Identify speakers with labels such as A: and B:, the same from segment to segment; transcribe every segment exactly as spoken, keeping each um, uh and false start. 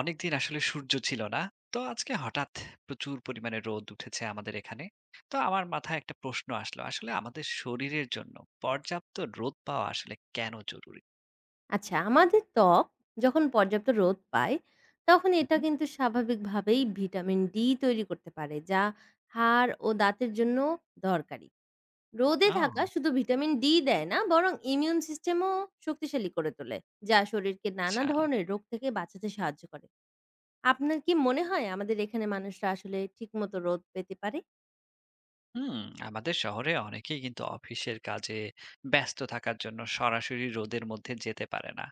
A: অনেকদিন আসলে সূর্য ছিল না। তো আজকে হঠাৎ প্রচুর পরিমাণে রোদ উঠেছে আমাদের এখানে। তো আমার মাথায় একটা প্রশ্ন আসলো। আসলে আমাদের শরীরের জন্য পর্যাপ্ত রোদ পাওয়া আসলে কেন জরুরি?
B: আচ্ছা, আমাদের ত্বক যখন পর্যাপ্ত রোদ পায়, তখন এটা
A: হুম,
B: কিন্তু স্বাভাবিকভাবেই ভিটামিন ডি তৈরি করতে পারে, যা হাড় ও দাঁতের জন্য দরকারি। রোদে
A: ও
B: থাকা শুধু ভিটামিন ডি দেয় না, বরং ইমিউন সিস্টেমও শক্তিশালী করে তোলে, যা শরীরকে নানা
A: আচ্ছা।
B: ধরনের রোগ থেকে বাঁচাতে সাহায্য করে। আপনার কি মনে হয় আমাদের এখানে মানুষরা আসলে ঠিকমতো রোদ পেতে পারে?
A: হুম, আমাদের শহরে অনেকেই কিন্তু অফিসের কাজে ব্যস্ত থাকার জন্য সরাসরি রোদের মধ্যে যেতে পারে না।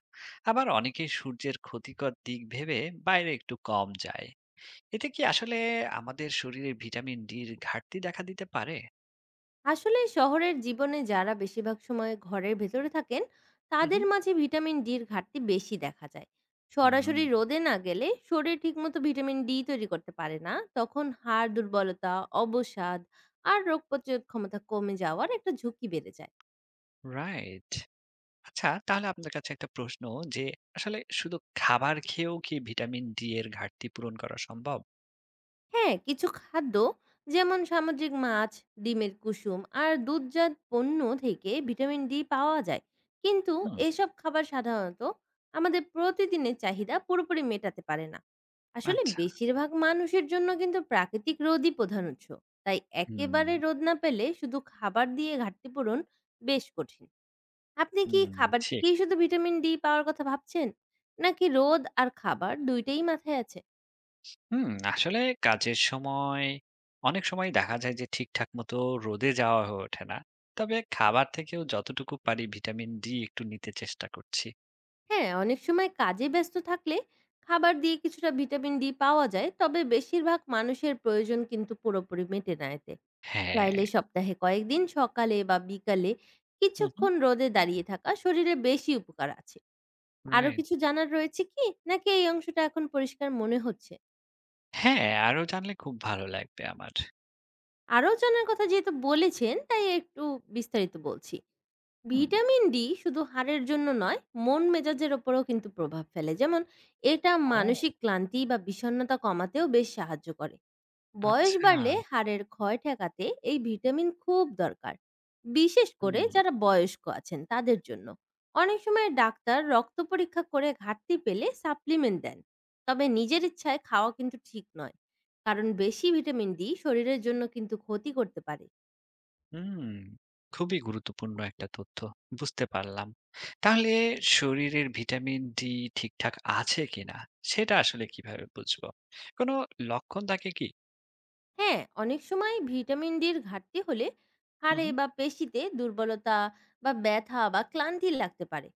A: আবার অনেকেই সূর্যের ক্ষতিকর দিক ভেবে বাইরে একটু কম যায়। এতে কি আসলে আমাদের শরীরে ভিটামিন ডির ঘাটতি দেখা দিতে পারে?
B: আসলে শহরের জীবনে যারা বেশিরভাগ সময় ঘরের ভেতরে থাকেন
A: হুম, হুম।
B: তাদের মাঝে ভিটামিন ডির ঘাটতি বেশি দেখা যায়।
A: হুম।
B: সরাসরি রোদে না গেলে শরীর ঠিকমতো ভিটামিন ডি তৈরি করতে পারে না, তখন হাড় দুর্বলতা, অবসাদ আর রোগ প্রতিরোধ ক্ষমতা কমে যাওয়ার একটা ঝুঁকি বেড়ে যায়।
A: রাইট। আচ্ছা তাহলে আপনার কাছে একটা প্রশ্ন যে আসলে শুধু খাবার খেয়েও কি ভিটামিন ডি এর ঘাটতি পূরণ করা সম্ভব?
B: হ্যাঁ, কিছু খাদ্য যেমন সামুদ্রিক মাছ, ডিমের কুসুম আর দুধজাত পণ্য থেকে ভিটামিন ডি পাওয়া যায়। কিন্তু
A: হুম,
B: এসব খাবার সাধারণত আমাদের প্রতিদিনের চাহিদা পুরোপুরি মেটাতে পারে না। আসলে
A: আচ্ছা।
B: বেশিরভাগ মানুষের জন্য কিন্তু প্রাকৃতিক রোদই প্রধান উৎস। তাই
A: হুম,
B: একেবারে রোদ না পেলে শুধু খাবার দিয়ে ঘাটতি পূরণ বেশ কঠিন। আপনি কি
A: হুম,
B: খাবার
A: ঠিক।
B: থেকেই শুধু ভিটামিন ডি পাওয়ার কথা ভাবছেন? নাকি রোদ আর খাবার দুই টাই মাথায় আছে?
A: হুম, আসলে কাজের সময় অনেক সময় দেখা যায় যে ঠিকঠাক মতো রোদে যাওয়া হয়ে ওঠে না। তবে খাবার থেকেও যতটুকু পারি ভিটামিন ডি একটু নিতে চেষ্টা করছি।
B: হ্যাঁ, অনেক সময় কাজে ব্যস্ত থাকলে খাবার দিয়ে কিছুটা ভিটামিন ডি পাওয়া যায়, তবে বেশিরভাগ মানুষের প্রয়োজন কিন্তু পুরোপুরি মেটে না এতে।
A: হ্যাঁ।
B: চাইলে সপ্তাহে কয়েকদিন সকালে বা বিকালে
A: হুম, হুম,
B: কিছুক্ষণ রোদে দাঁড়িয়ে থাকা শরীরে বেশি উপকার আছে। আরো
A: রাইট।
B: কিছু জানার রয়েছে কি নাকি এই অংশটা এখন পরিষ্কার মনে হচ্ছে?
A: হ্যাঁ, আরো জানলে খুব ভালো লাগবে আমার।
B: আরো জানার কথা যেহেতু বলেছেন, তাই একটু বিস্তারিত বলছি।
A: হুম।
B: ভিটামিন ডি শুধু হাড়ের জন্য নয়, মন মেজাজের ওপরও কিন্তু প্রভাব ফেলে, যেমন এটা
A: ও
B: মানসিক ক্লান্তি বা বিষণ্ণতা কমাতেও বেশ সাহায্য করে। বয়স
A: আচ্ছা।
B: বাড়লে হাড়ের ক্ষয় ঠেকাতে এই ভিটামিন খুব দরকার, বিশেষ করে
A: হুম।
B: যারা বয়স্ক আছেন তাদের জন্য। অনেক সময় ডাক্তার রক্ত পরীক্ষা করে ঘাটতি পেলে সাপ্লিমেন্ট দেন, তবে নিজের ইচ্ছায় খাওয়া কিন্তু ঠিক নয়, কারণ বেশি ভিটামিন ডি শরীরের জন্য কিন্তু ক্ষতি করতে পারে।
A: হুম, খুবই গুরুত্বপূর্ণ একটা তথ্য। বুঝতে পারলাম। তাহলে শরীরের ভিটামিন ডি ঠিকঠাক আছে কিনা সেটা আসলে কিভাবে বুঝবো? কোনো লক্ষণ থাকে কি?
B: হ্যাঁ, অনেক সময় ভিটামিন ডির ঘাটতি হলে
A: হু,
B: হাড়ে
A: হু।
B: বা পেশিতে দুর্বলতা বা ব্যথা বা ক্লান্তি লাগতে পারে।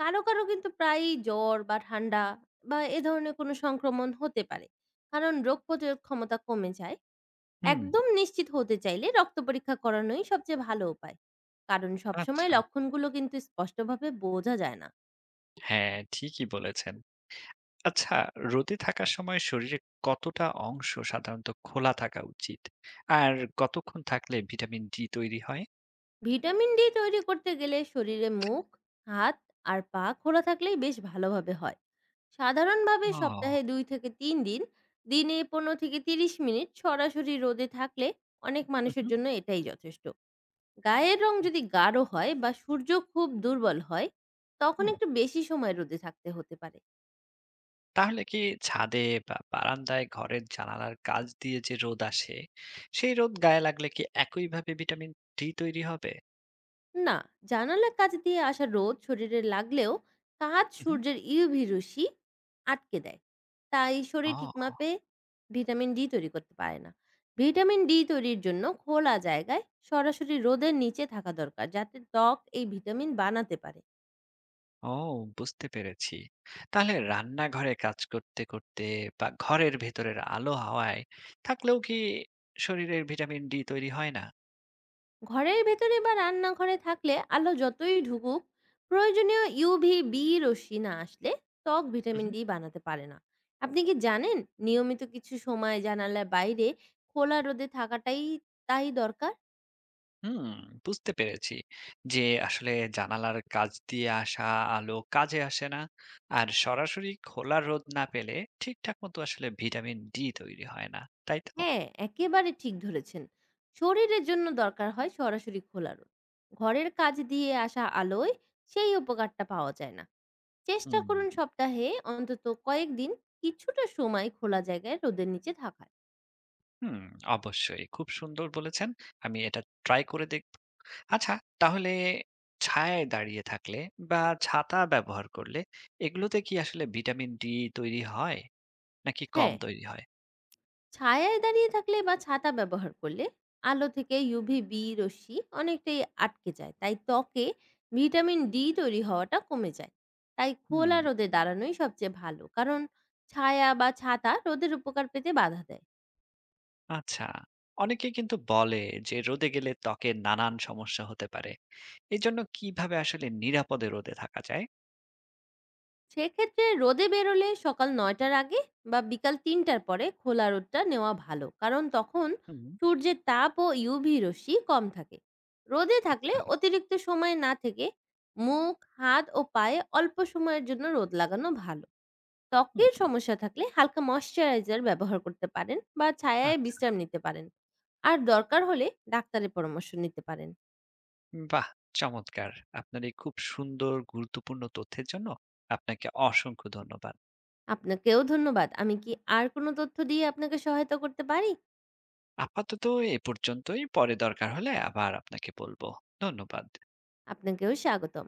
B: কারো কারো কিন্তু প্রায়ই জ্বর বা ঠান্ডা বা এ ধরনের কোনো সংক্রমণ হতে পারে, কারণ রোগ প্রতিরোধ ক্ষমতা কমে যায়।
A: হুম,
B: একদম নিশ্চিত হতে চাইলে রক্ত পরীক্ষা করানোই সবচেয়ে ভালো উপায়, কারণ সবসময়
A: আচ্ছা।
B: লক্ষণগুলো কিন্তু স্পষ্টভাবে বোঝা যায় না।
A: হ্যাঁ, ঠিকই বলেছেন। আচ্ছা, রোদে থাকার সময় শরীরের কতটা অংশ সাধারণত খোলা থাকা উচিত? আর কতক্ষণ থাকলে ভিটামিন ডি তৈরি হয়?
B: ভিটামিন ডি তৈরি করতে গেলে শরীরে মুখ, হাত আর পা খোলা থাকলেই বেশ ভালোভাবে হয়। সাধারণভাবে
A: ও!
B: সপ্তাহে দুই থেকে তিন দিন, দিনে পনেরো থেকে ত্রিশ মিনিট সরাসরি রোদে থাকলে অনেক মানুষের
A: উহু,
B: জন্য এটাই যথেষ্ট। গায়ের রং যদি গাঢ় হয় বা সূর্য খুব দুর্বল হয়, তখন
A: হুম।
B: একটু বেশি সময় রোদে থাকতে হতে পারে।
A: তাহলে কি ছাদে বা বারান্দায় ঘরের জানালার কাচ দিয়ে যে রোদ আসে সেই রোদ গায়ে লাগলে কি একইভাবে ভিটামিন ডি তৈরি হবে?
B: না, জানালার কাছ দিয়ে আসা রোদ শরীরে লাগলেও কাঁচ
A: হুম।
B: সূর্যের ইউভি রশ্মি আটকে দেয়, তাই শরীর
A: ও
B: ঠিকমতে ভিটামিন ডি তৈরি করতে পারে না। ভিটামিন ডি তৈরির জন্য খোলা জায়গায় সরাসরি রোদের নিচে থাকা দরকার, যাতে ত্বক এই ভিটামিন বানাতে পারে।
A: ও, বুঝতে পেরেছি। তাহলে রান্নাঘরে কাজ করতে করতে বা ঘরের ভেতরের আলো হাওয়ায় থাকলেও কি শরীরের ভিটামিন ডি তৈরি হয় না?
B: ঘরের ভেতরে বা রান্নাঘরে থাকলে আলো যতই ঢুকুক, প্রয়োজনীয় ইউভি বি রশ্মি না আসলে ত্বক ভিটামিন ডি বানাতে পারে না। আপনি কি জানেন, নিয়মিত কিছু সময় জানালার বাইরে খোলা রোদে থাকাটাই তাই দরকার।
A: হুম, বুঝতে পেরেছি যে আসলে জানালার কাছ দিয়ে আসা আলো কাজে আসে না, আর সরাসরি খোলা রোদ না পেলে ঠিকঠাক মতো আসলে ভিটামিন ডি তৈরি হয় না, তাই তো?
B: হ্যাঁ, একেবারে ঠিক ধরেছেন। শরীরের জন্য দরকার হয় সরাসরি খোলা রোদ, ঘরের কাজ দিয়ে আসা আলোয় সেই উপকারটা পাওয়া যায় না। চেষ্টা
A: হুম।
B: করুন সপ্তাহে অন্তত কয়েকদিন কিছুটা সময় খোলা জায়গায় রোদের নিচে থাকার।
A: হুম, অবশ্যই খুব সুন্দর বলেছেন। আমি এটা ট্রাই করে দেখব। আচ্ছা, তাহলে ছায়ায় দাঁড়িয়ে থাকলে বা ছাতা ব্যবহার করলে এগুলোতে কি আসলে ভিটামিন ডি তৈরি হয় নাকি কম
B: হ্যাঁ,
A: তৈরি হয়?
B: ছায়ায় দাঁড়িয়ে থাকলে বা ছাতা ব্যবহার করলে আলো থেকে ইউভি বি রশ্মি অনেকটাই আটকে যায়, তাই ত্বকে ভিটামিন ডি তৈরি হওয়াটা কমে যায়। তাই
A: হুম।
B: খোলা রোদে দাঁড়ানোই সবচেয়ে ভালো, কারণ ছায়া বা ছাতা রোদের উপকার পেতে বাধা দেয়।
A: আচ্ছা, অনেকে কিন্তু বলে যে রোদে গেলে ত্বকের নানান সমস্যা হতে পারে। এই জন্য কিভাবে আসলে নিরাপদে রোদে থাকা যায়?
B: সেক্ষেত্রে রোদে বেরোলে সকাল নয়টার আগে বা বিকাল তিনটার পরে খোলা রোদটা নেওয়া ভালো, কারণ তখন
A: হুম।
B: সূর্যের তাপ ও ইউভি রশ্মি কম থাকে। রোদে থাকলে
A: আচ্ছা।
B: অতিরিক্ত সময় না থেকে মুখ, হাত ও পায়ে অল্প সময়ের জন্য রোদ লাগানো ভালো।
A: হুম,
B: ত্বকের সমস্যা থাকলে হালকা ময়শ্চারাইজার ব্যবহার করতে পারেন বা ছায়ায়
A: আচ্ছা।
B: বিশ্রাম নিতে পারেন। আর দরকার হলে ডাক্তারের পরামর্শ নিতে পারেন।
A: বাহ, চমৎকার! আপনার এই খুব সুন্দর গুরুত্বপূর্ণ তথ্যের জন্য আপনাকে অসংখ্য ধন্যবাদ।
B: আপনাকেও ধন্যবাদ। আমি কি আর কোনো তথ্য দিয়ে আপনাকে সহায়তা করতে পারি?
A: আপাতত এ পর্যন্তই, পরে দরকার হলে আবার আপনাকে বলবো। ধন্যবাদ।
B: আপনাকেও স্বাগতম।